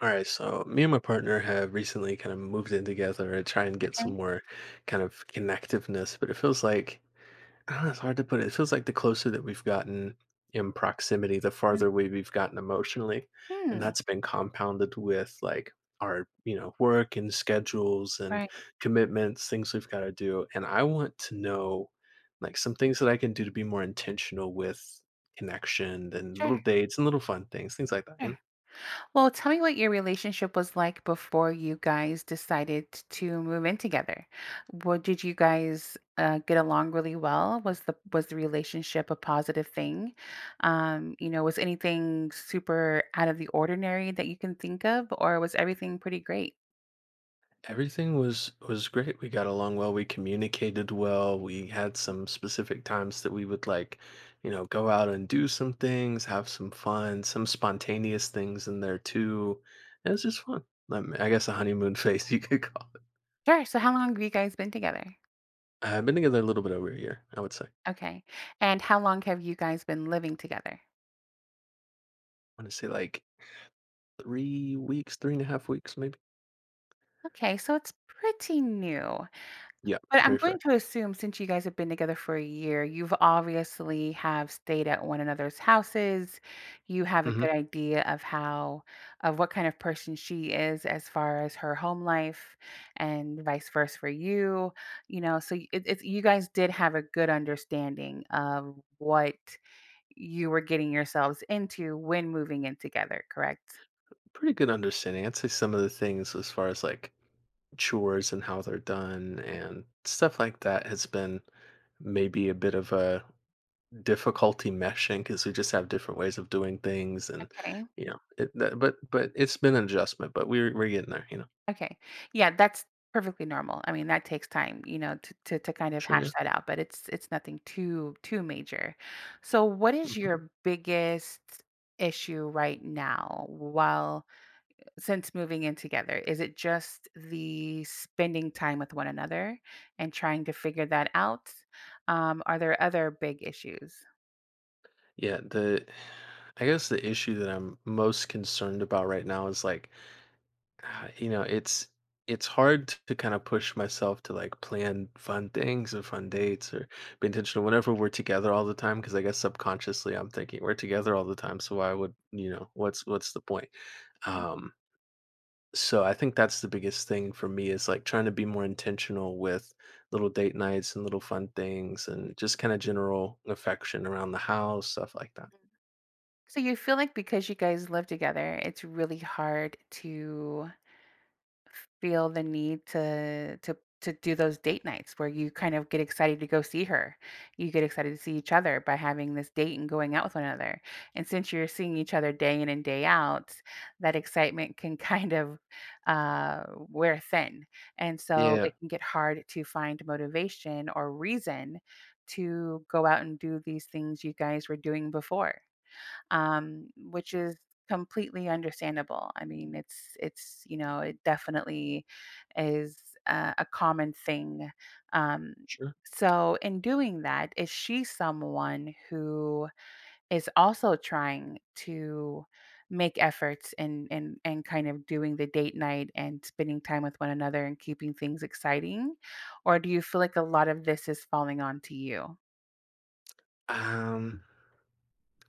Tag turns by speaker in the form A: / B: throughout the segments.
A: All right, so me and my partner have recently kind of moved in together to try and get some
B: Okay.
A: more kind of connectiveness, but it feels like I don't know, it's hard to put it. It feels like the closer that we've gotten in proximity, the farther away we've gotten emotionally, and
B: Mhm.
A: that's been compounded with our, work and schedules and
B: Right.
A: commitments, things we've got to do. And I want to know like some things that I can do to be more intentional with connection and little
B: Sure,
A: dates and little fun things, things like that,
B: sure. Well, tell me what your relationship was like before you guys decided to move in together. What did you guys, get along really well? Was the relationship a positive thing? Was anything super out of the ordinary that you can think of, or was everything pretty great?
A: Everything was great. We got along well, we communicated well, we had some specific times that we would go out and do some things, have some fun, some spontaneous things in there too. It was just fun. I guess a honeymoon phase you could call it.
B: Sure, so how long have you guys been together?
A: I've been together a little bit over a year, I would say. I
B: Okay, and how long have you guys been living together?
A: want to say like 3 weeks, three and a half weeks maybe.
B: Okay, so it's pretty new.
A: Yeah,
B: But I'm
A: very fresh.
B: going to assume since you guys have been together for a year, you've obviously have stayed at one another's houses. You have a
A: hmm
B: good idea of how of what kind of person she is as far as her home life and vice versa for you. You know, so it's you guys did have a good understanding of what you were getting yourselves into when moving in together, correct?
A: Pretty good understanding. I'd say some of the things as far as like chores and how they're done and stuff like that has been maybe a bit of a difficulty meshing because we just have different ways of doing things and
B: Okay.
A: you know it, that, but it's been an adjustment, but we're getting there, you know
B: Okay. Yeah, that's perfectly normal. I mean, that takes time, you know, to kind of
A: sure yeah.
B: hash that out, but it's nothing too major. So, what is
A: hmm
B: your biggest issue right now while since moving in together? Is it just the spending time with one another and trying to figure that out? Are there other big issues?
A: yeah the i guess the issue that I'm most concerned about right now is like, ah, you know it's it's hard to kind of push myself to like plan fun things or fun dates or be intentional whenever we're together all the time, because I guess subconsciously I'm thinking we're together all the time, so why would, what's the point.
B: Mhm.
A: Um So I think that's the biggest thing for me is like trying to be more intentional with little date nights and little fun things and just kind of general affection around the house, stuff like that.
B: Mm-hmm. So you feel like because you guys live together, it's really hard to feel the need to do those date nights where you kind of get excited to go see her. You get excited to see each other by having this date and going out with one another. And since you're seeing each other day in and day out, that excitement can kind of uh, wear thin. And so
A: Yeah,
B: it can get hard to find motivation or reason to go out and do these things you guys were doing before, which is completely understandable. I mean, it's you know it definitely is, a common thing. Um,
A: sure.
B: so in doing that, is she someone who is also trying to make efforts and and kind of doing the date night and spending time with one another and keeping things exciting, or do you feel like a lot of this is falling onto you?
A: Um,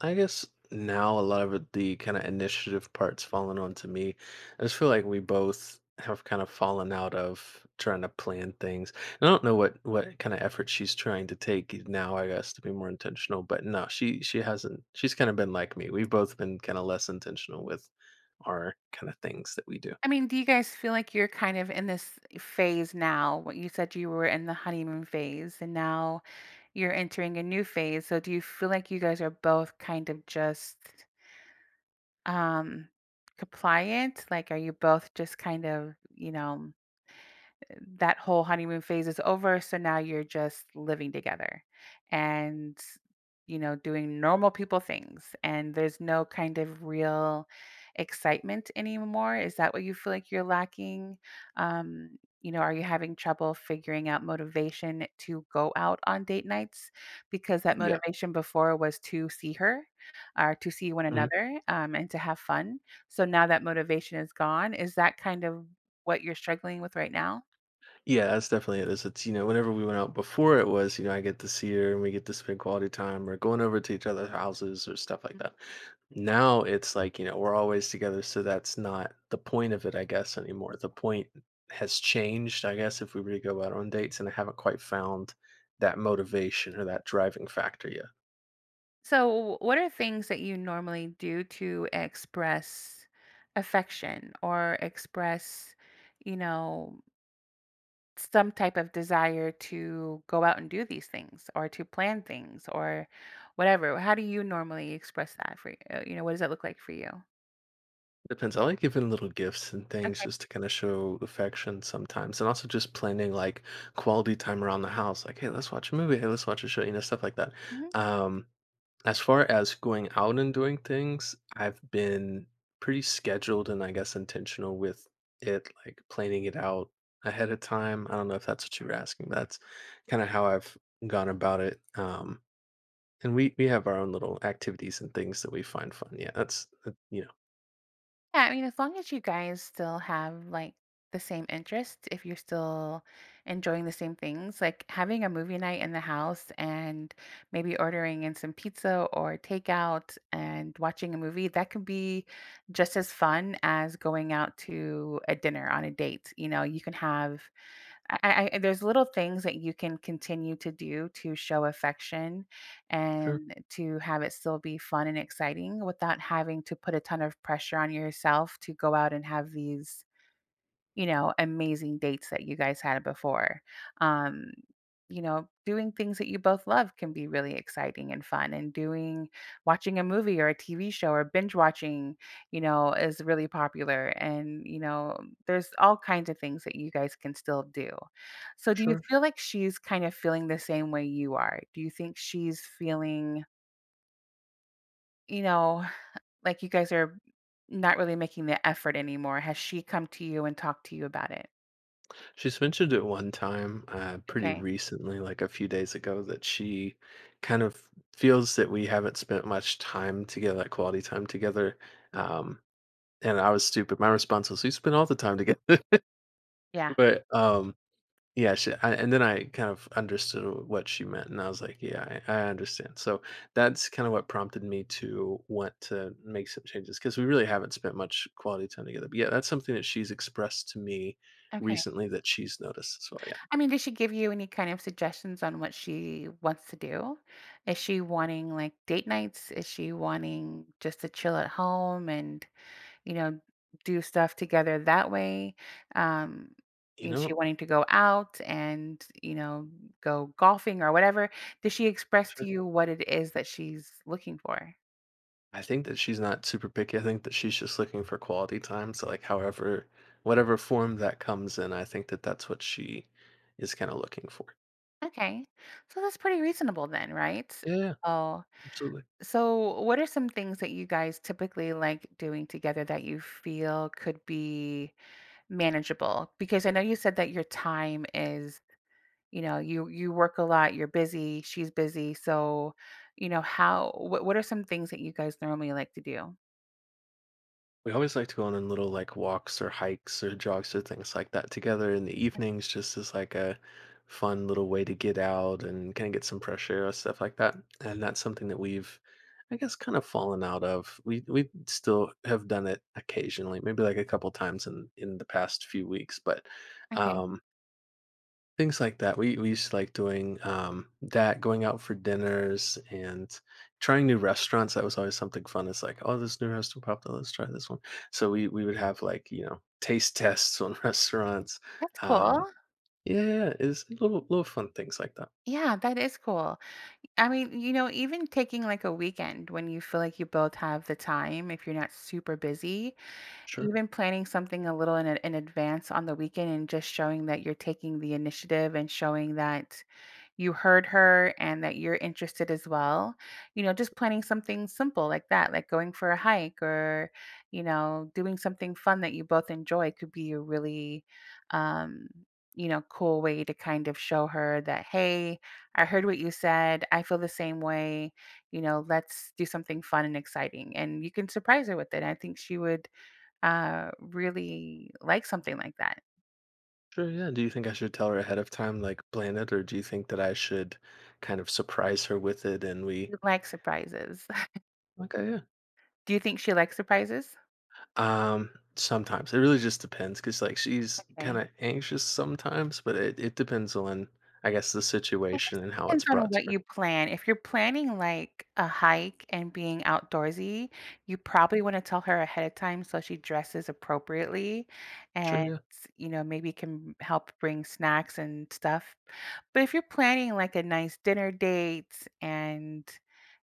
A: I guess now a lot of it- the kind of initiative part's fallen onto me. I just feel like we both have kind of fallen out of trying to plan things. And I don't know what kind of effort she's trying to take now, I guess, to be more intentional. But no, she hasn't. She's kind of been like me. We've both been kind of less intentional with our kind of things that we do.
B: I mean, do you guys feel like you're kind of in this phase now? What you said, you were in the honeymoon phase and now you're entering a new phase. So do you feel like you guys are both kind of just um compliant? Like, are you both just kind of, you know, that whole honeymoon phase is over. So now you're just living together and, you know, doing normal people things. And there's no kind of real excitement anymore. Is that what you feel like you're lacking? You know, are you having trouble figuring out motivation to go out on date nights? Because that
A: Yeah.
B: motivation before was to see her or to see one another, and to have fun. So now that motivation is gone. Is that kind of what you're struggling with right now?
A: Yeah, that's definitely it. Is it's you know whenever we went out before, it was, you know, I get to see her and we get to spend quality time or going over to each other's houses or stuff like
B: Mm.
A: that. Now it's like, you know, we're always together, so that's not the point of it, I guess, anymore. The point has changed, I guess, if we were to go out on dates, and I haven't quite found that motivation or that driving factor yet.
B: So, what are things that you normally do to express affection or express, you know, some type of desire to go out and do these things or to plan things or whatever? How do you normally express that for you? You know, what does that look like for you?
A: Depends. I like giving little gifts and things
B: Okay.
A: just to kind of show affection sometimes, and also just planning like quality time around the house. Like, hey, let's watch a movie. Hey, let's watch a show. You know, stuff like that. Um, as far as going out and doing things, I've been pretty scheduled and I guess intentional with it, like planning it out ahead of time. I don't know if that's what you were asking, but that's kind of how I've gone about it. And we have our own little activities and things that we find fun. Yeah,
B: Yeah, I mean, as long as you guys still have like the same interests, if you're still enjoying the same things, like having a movie night in the house and maybe ordering in some pizza or takeout and watching a movie, that can be just as fun as going out to a dinner on a date. You know, you can have I there's little things that you can continue to do to show affection
A: sure,
B: and to have it still be fun and exciting without having to put a ton of pressure on yourself to go out and have these, you know, amazing dates that you guys had before. Um, you know, doing things that you both love can be really exciting and fun. And doing, watching a movie or a TV show or binge watching, you know, is really popular. And, you know, there's all kinds of things that you guys can still do. So, do you
A: sure.
B: feel like she's kind of feeling the same way you are? Do you think she's feeling, you know, like you guys are not really making the effort anymore? Has she come to you and talked to you about it?
A: She's mentioned it one time, pretty
B: Okay.
A: recently, like a few days ago, that she kind of feels that we haven't spent much time together, like quality time together. Um, and I was stupid. My response was, "We spend all the time together."
B: Yeah.
A: but Yeah, and then I kind of understood what she meant, and I was like, "Yeah, I understand." So that's kind of what prompted me to want to make some changes, because we really haven't spent much quality time together. But yeah, that's something that she's expressed to me
B: Okay.
A: recently, that she's noticed as well. Yeah.
B: I mean, did she give you any kind of suggestions on what she wants to do? Is she wanting like date nights? Is she wanting just to chill at home and, you know, do stuff together that way? Um,
A: You
B: is she
A: know,
B: wanting to go out and, you know, go golfing or whatever? Did she express
A: sure.
B: to you what it is that she's looking for?
A: I think that she's not super picky. I think that she's just looking for quality time. So, like, however, whatever form that comes in, I think that that's what she is kind of looking for.
B: Okay. So that's pretty reasonable then, right?
A: Yeah, yeah,
B: Oh,
A: absolutely.
B: so, what are some things that you guys typically like doing together that you feel could be manageable? Because I know you said that your time is, you know, you work a lot, you're busy, she's busy. So, you know, how what are some things that you guys normally like to do?
A: We always like to go on little like walks or hikes or jogs or things like that together in the evenings, just as like a fun little way to get out and kind of get some fresh air or stuff like that. And that's something that we've, I guess, kind of fallen out of. We still have done it occasionally, maybe like a couple times in the past few weeks, but
B: Okay.
A: um, things like that. We used to like doing, that, going out for dinners and trying new restaurants. That was always something fun. It's like, "Oh, this new restaurant popped up, let's try this one." So we would have, like, you know, taste tests on restaurants.
B: That's
A: Um,
B: cool.
A: yeah, yeah, yeah, it's little fun things like that.
B: Yeah, that is cool. I mean, you know, even taking like a weekend when you feel like you both have the time, if you're not super busy,
A: Sure.
B: even planning something a little in advance on the weekend and just showing that you're taking the initiative and showing that you heard her and that you're interested as well. You know, just planning something simple like that, like going for a hike or, you know, doing something fun that you both enjoy could be a really, um, you know, cool way to kind of show her that, hey, I heard what you said. I feel the same way. You know, let's do something fun and exciting. And you can surprise her with it. I think she would, really like something like that.
A: Sure, yeah. Do you think I should tell her ahead of time, like, plan it, or do you think that I should kind of surprise her with it and we—
B: You like surprises.
A: Okay, yeah.
B: Do you think she likes surprises?
A: Um, sometimes. It really just depends, cause like, she's
B: Okay.
A: kinda anxious sometimes, but it depends on, I guess, the
B: I guess
A: situation and
B: it
A: how it's
B: depends on
A: brought to
B: what
A: her.
B: you plan. If you're planning like a hike and being outdoorsy, you probably want to tell her ahead of time so she dresses appropriately
A: Sure,
B: and,
A: yeah.
B: you know, maybe can help bring snacks and stuff. But if you're planning like a nice dinner date and,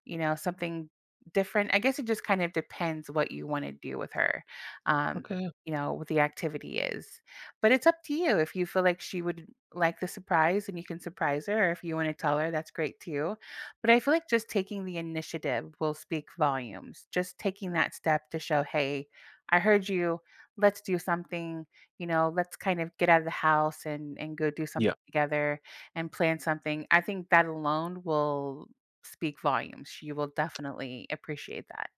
B: you know, something different, I guess it just kind of depends what you want to do with her. Um,
A: Okay, yeah.
B: you know, what the activity is. But it's up to you if you feel like she would like the surprise and you can surprise her, or if you want to tell her, that's great too. But I feel like just taking the initiative will speak volumes, just taking that step to show, hey, I heard you. Let's do something, you know, let's kind of get out of the house and go do
A: Yeah,
B: something together and plan something. I think that alone will speak volumes. She will definitely appreciate that.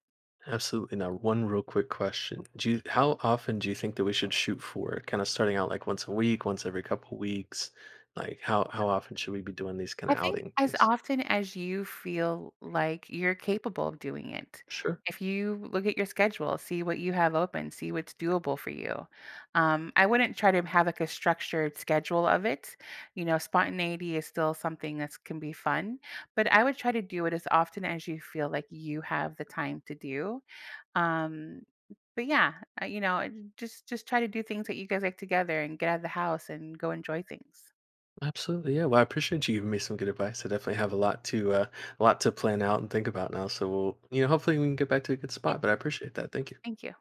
A: absolutely. Now, one real quick question. Do you how often do you think that we should shoot for? Kinda starting out, like, once a week, once every couple weeks? Like, how often should we be doing these kinda
B: I think
A: outing
B: as
A: things?
B: often as you feel like you're capable of doing it.
A: Sure.
B: If you look at your schedule, see what you have open, see what's doable for you. I wouldn't try to have like a structured schedule of it. You know, spontaneity is still something that can be fun, but I would try to do it as often as you feel like you have the time to do. Um, but yeah, you know, Just try to do things that you guys like together and get out of the house and go enjoy things.
A: Absolutely, yeah. Well, I appreciate you giving me some good advice. I definitely have a lot to plan out and think about now. So we'll, you know, hopefully we can get back to a good
B: Yeah,
A: spot. But I appreciate that. Thank you.
B: thank you.